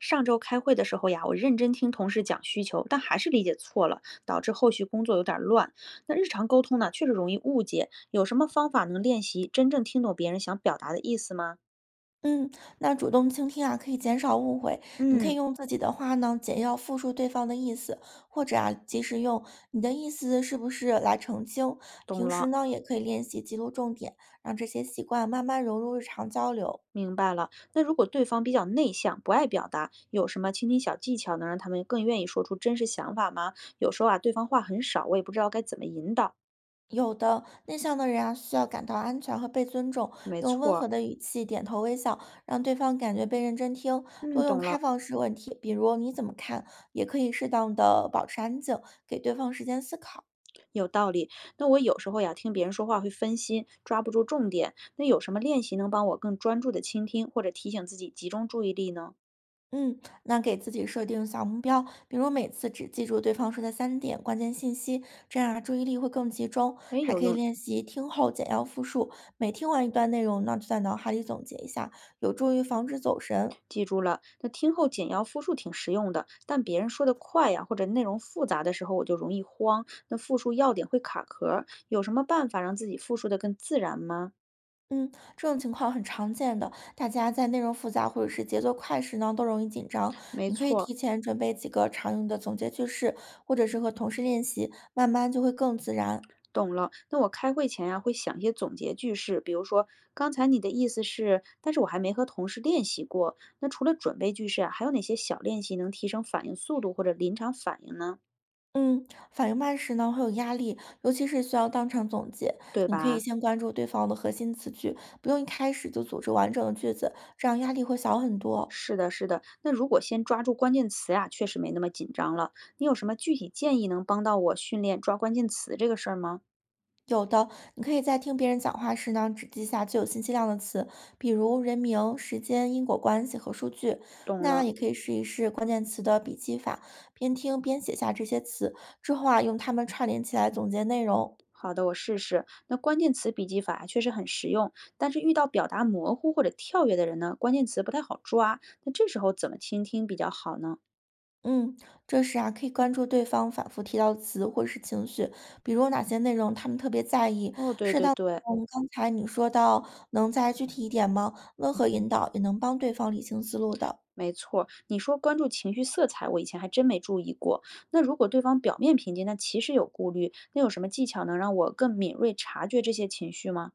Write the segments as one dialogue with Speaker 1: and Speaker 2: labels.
Speaker 1: 上周开会的时候呀，我认真听同事讲需求，但还是理解错了，导致后续工作有点乱。那日常沟通呢，确实容易误解，有什么方法能练习真正听懂别人想表达的意思吗？
Speaker 2: 嗯，那主动倾听啊，可以减少误会。你可以
Speaker 1: 嗯，
Speaker 2: 用自己的话呢，简要复述对方的意思，或者啊，及时用你的意思是不是来澄清。
Speaker 1: 懂
Speaker 2: 平时
Speaker 1: 了，
Speaker 2: 呢，也可以练习记录重点，让这些习惯慢慢融入日常交流。
Speaker 1: 明白了。那如果对方比较内向，不爱表达，有什么倾听小技巧能让他们更愿意说出真实想法吗？有时候啊，对方话很少，我也不知道该怎么引导。
Speaker 2: 有的内向的人啊，需要感到安全和被尊重，
Speaker 1: 没
Speaker 2: 用温和
Speaker 1: 错。
Speaker 2: 的语气点头微笑，让对方感觉被认真听。
Speaker 1: 嗯，
Speaker 2: 多用
Speaker 1: 懂
Speaker 2: 开
Speaker 1: 了。
Speaker 2: 放式问题，比如你怎么看，也可以适当的保持安静，给对方时间思考。
Speaker 1: 有道理。那我有时候呀，听别人说话会分心，抓不住重点。那有什么练习能帮我更专注的倾听，或者提醒自己集中注意力呢？
Speaker 2: 嗯，那给自己设定小目标，比如每次只记住对方说的3点关键信息，这样啊注意力会更集中。
Speaker 1: 哎，
Speaker 2: 还
Speaker 1: 有
Speaker 2: 可以
Speaker 1: 用，
Speaker 2: 练习听后简要复述，每听完一段内容呢，就在脑海里总结一下，有助于防止走神。
Speaker 1: 记住了。那听后简要复述挺实用的，但别人说的快呀，或者内容复杂的时候，我就容易慌。那复述要点会卡壳儿，有什么办法让自己复述的更自然吗？
Speaker 2: 嗯，这种情况很常见的，大家在内容复杂或者是节奏快时呢，都容易紧张。
Speaker 1: 没
Speaker 2: 你可以
Speaker 1: 错。
Speaker 2: 提前准备几个常用的总结句式，或者是和同事练习，慢慢就会更自然。
Speaker 1: 懂了，那我开会前呀、会想一些总结句式，比如说刚才你的意思是，但是我还没和同事练习过。那除了准备句式啊，还有哪些小练习能提升反应速度或者临场反应呢？
Speaker 2: 嗯，反应慢时呢会有压力，尤其是需要当场总结。
Speaker 1: 对
Speaker 2: 你可以
Speaker 1: 吧？
Speaker 2: 先关注对方的核心词句，不用一开始就组织完整的句子，这样压力会小很多。
Speaker 1: 是的，是的。那如果先抓住关键词呀、确实没那么紧张了。你有什么具体建议能帮到我训练抓关键词这个事儿吗？
Speaker 2: 有的，你可以在听别人讲话时呢，只记下具有信息量的词，比如人名、时间、因果关系和数据。
Speaker 1: 懂
Speaker 2: 那
Speaker 1: 了。
Speaker 2: 也可以试一试关键词的笔记法，边听边写下这些词，之后啊，用它们串联起来总结内容。
Speaker 1: 好的，我试试。那关键词笔记法确实很实用，但是遇到表达模糊或者跳跃的人呢，关键词不太好抓。那这时候怎么倾听比较好呢？
Speaker 2: 嗯，这时啊，可以关注对方反复提到的词或是情绪，比如哪些内容他们特别在意。
Speaker 1: 哦，对对对，
Speaker 2: 嗯，刚才你说到，能再具体一点吗？温和引导也能帮对方理清思路的。
Speaker 1: 没错儿，你说关注情绪色彩，我以前还真没注意过。那如果对方表面平静，但其实有顾虑，那有什么技巧能让我更敏锐察觉这些情绪吗？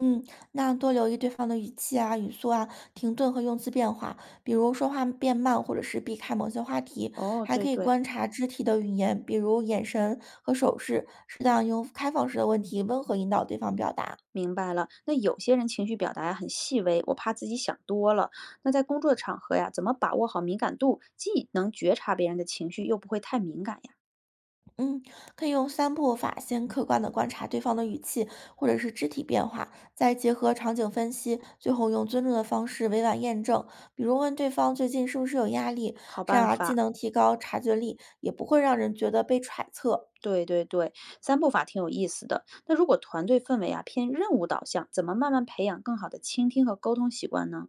Speaker 2: 嗯，那多留意对方的语气啊、语速啊、停顿和用词变化，比如说话变慢，或者是避开某些话题。
Speaker 1: 哦，
Speaker 2: 还
Speaker 1: 对
Speaker 2: 可以
Speaker 1: 对，
Speaker 2: 观察肢体的语言，比如眼神和手势，适当用开放式的问题温和引导对方表达。
Speaker 1: 明白了，那有些人情绪表达呀很细微，我怕自己想多了。那在工作场合呀，怎么把握好敏感度，既能觉察别人的情绪，又不会太敏感呀？
Speaker 2: 嗯，可以用3步法，先客观的观察对方的语气或者是肢体变化，再结合场景分析，最后用尊重的方式委婉验证，比如问对方最近是不是有压力，
Speaker 1: 好
Speaker 2: 这样
Speaker 1: 办
Speaker 2: 啊既
Speaker 1: 法，
Speaker 2: 能提高察觉力，也不会让人觉得被揣测。
Speaker 1: 对对对，三步法挺有意思的。那如果团队氛围啊偏任务导向，怎么慢慢培养更好的倾听和沟通习惯呢？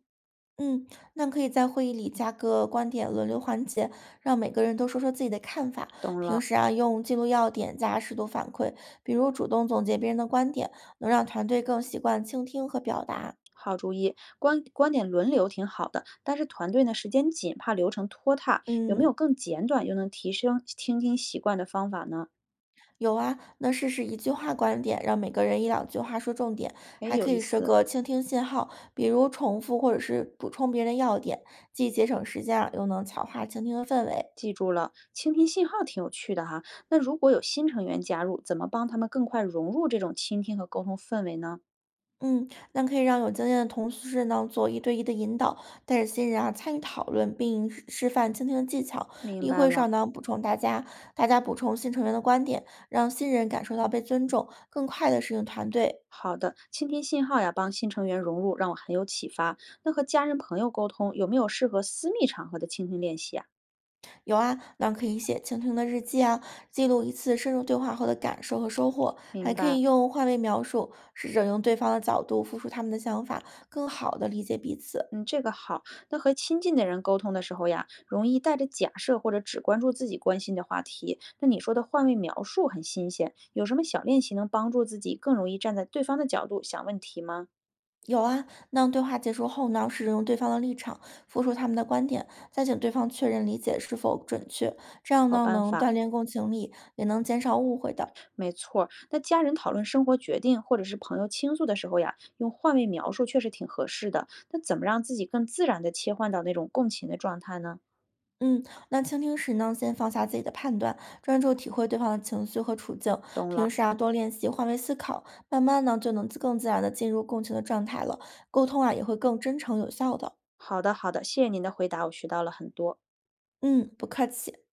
Speaker 2: 嗯，那可以在会议里加个观点轮流环节，让每个人都说说自己的看法。
Speaker 1: 懂
Speaker 2: 平
Speaker 1: 了，
Speaker 2: 时啊，用记录要点加适度反馈，比如主动总结别人的观点，能让团队更习惯倾听和表达。
Speaker 1: 好主意，观点轮流挺好的，但是团队呢时间紧，怕流程拖沓，有没有
Speaker 2: 嗯。
Speaker 1: 更简短又能提升倾听习惯的方法呢？
Speaker 2: 有啊，那试试一句话观点，让每个人一两句话说重点，
Speaker 1: 哎，
Speaker 2: 还
Speaker 1: 有
Speaker 2: 可
Speaker 1: 意
Speaker 2: 以设
Speaker 1: 思。
Speaker 2: 个倾听信号，比如重复或者是补充别人的要点，既节省时间啊，又能强化倾听的氛围。
Speaker 1: 记住了，倾听信号挺有趣的哈。那如果有新成员加入，怎么帮他们更快融入这种倾听和沟通氛围呢？
Speaker 2: 嗯，那可以让有经验的同事呢做1对1的引导，带着新人啊参与讨论，并示范倾听的技巧。
Speaker 1: 明
Speaker 2: 例
Speaker 1: 白
Speaker 2: 会
Speaker 1: 了。
Speaker 2: 上呢补充大家，大家补充新成员的观点，让新人感受到被尊重，更快的适应团队。
Speaker 1: 好的，倾听信号呀，帮新成员融入，让我很有启发。那和家人朋友沟通，有没有适合私密场合的倾听练习啊？
Speaker 2: 有啊，那可以写蜻蜓的日记啊，记录一次深入对话后的感受和收获，还
Speaker 1: 明
Speaker 2: 可以
Speaker 1: 白，
Speaker 2: 用画面描述，试着用对方的角度复述他们的想法，更好的理解彼此。
Speaker 1: 嗯，这个好。那和亲近的人沟通的时候呀，容易带着假设或者只关注自己关心的话题。那你说的换位描述很新鲜，有什么小练习能帮助自己更容易站在对方的角度想问题吗？
Speaker 2: 有啊，那对话结束后呢，试着用对方的立场复述他们的观点，再请对方确认理解是否准确，这样
Speaker 1: 好
Speaker 2: 呢
Speaker 1: 办
Speaker 2: 能
Speaker 1: 法，
Speaker 2: 锻炼共情力，也能减少误会的。
Speaker 1: 没错儿。那家人讨论生活决定，或者是朋友倾诉的时候呀，用换位描述确实挺合适的。那怎么让自己更自然的切换到那种共情的状态呢？
Speaker 2: 嗯，那倾听时呢，先放下自己的判断，专注体会对方的情绪和处境。
Speaker 1: 懂
Speaker 2: 平
Speaker 1: 了，
Speaker 2: 时啊，多练习换位思考，慢慢呢就能更自然的进入共情的状态了。沟通啊，也会更真诚有效的。
Speaker 1: 好的好的，谢谢您的回答，我学到了很多。
Speaker 2: 嗯，不客气。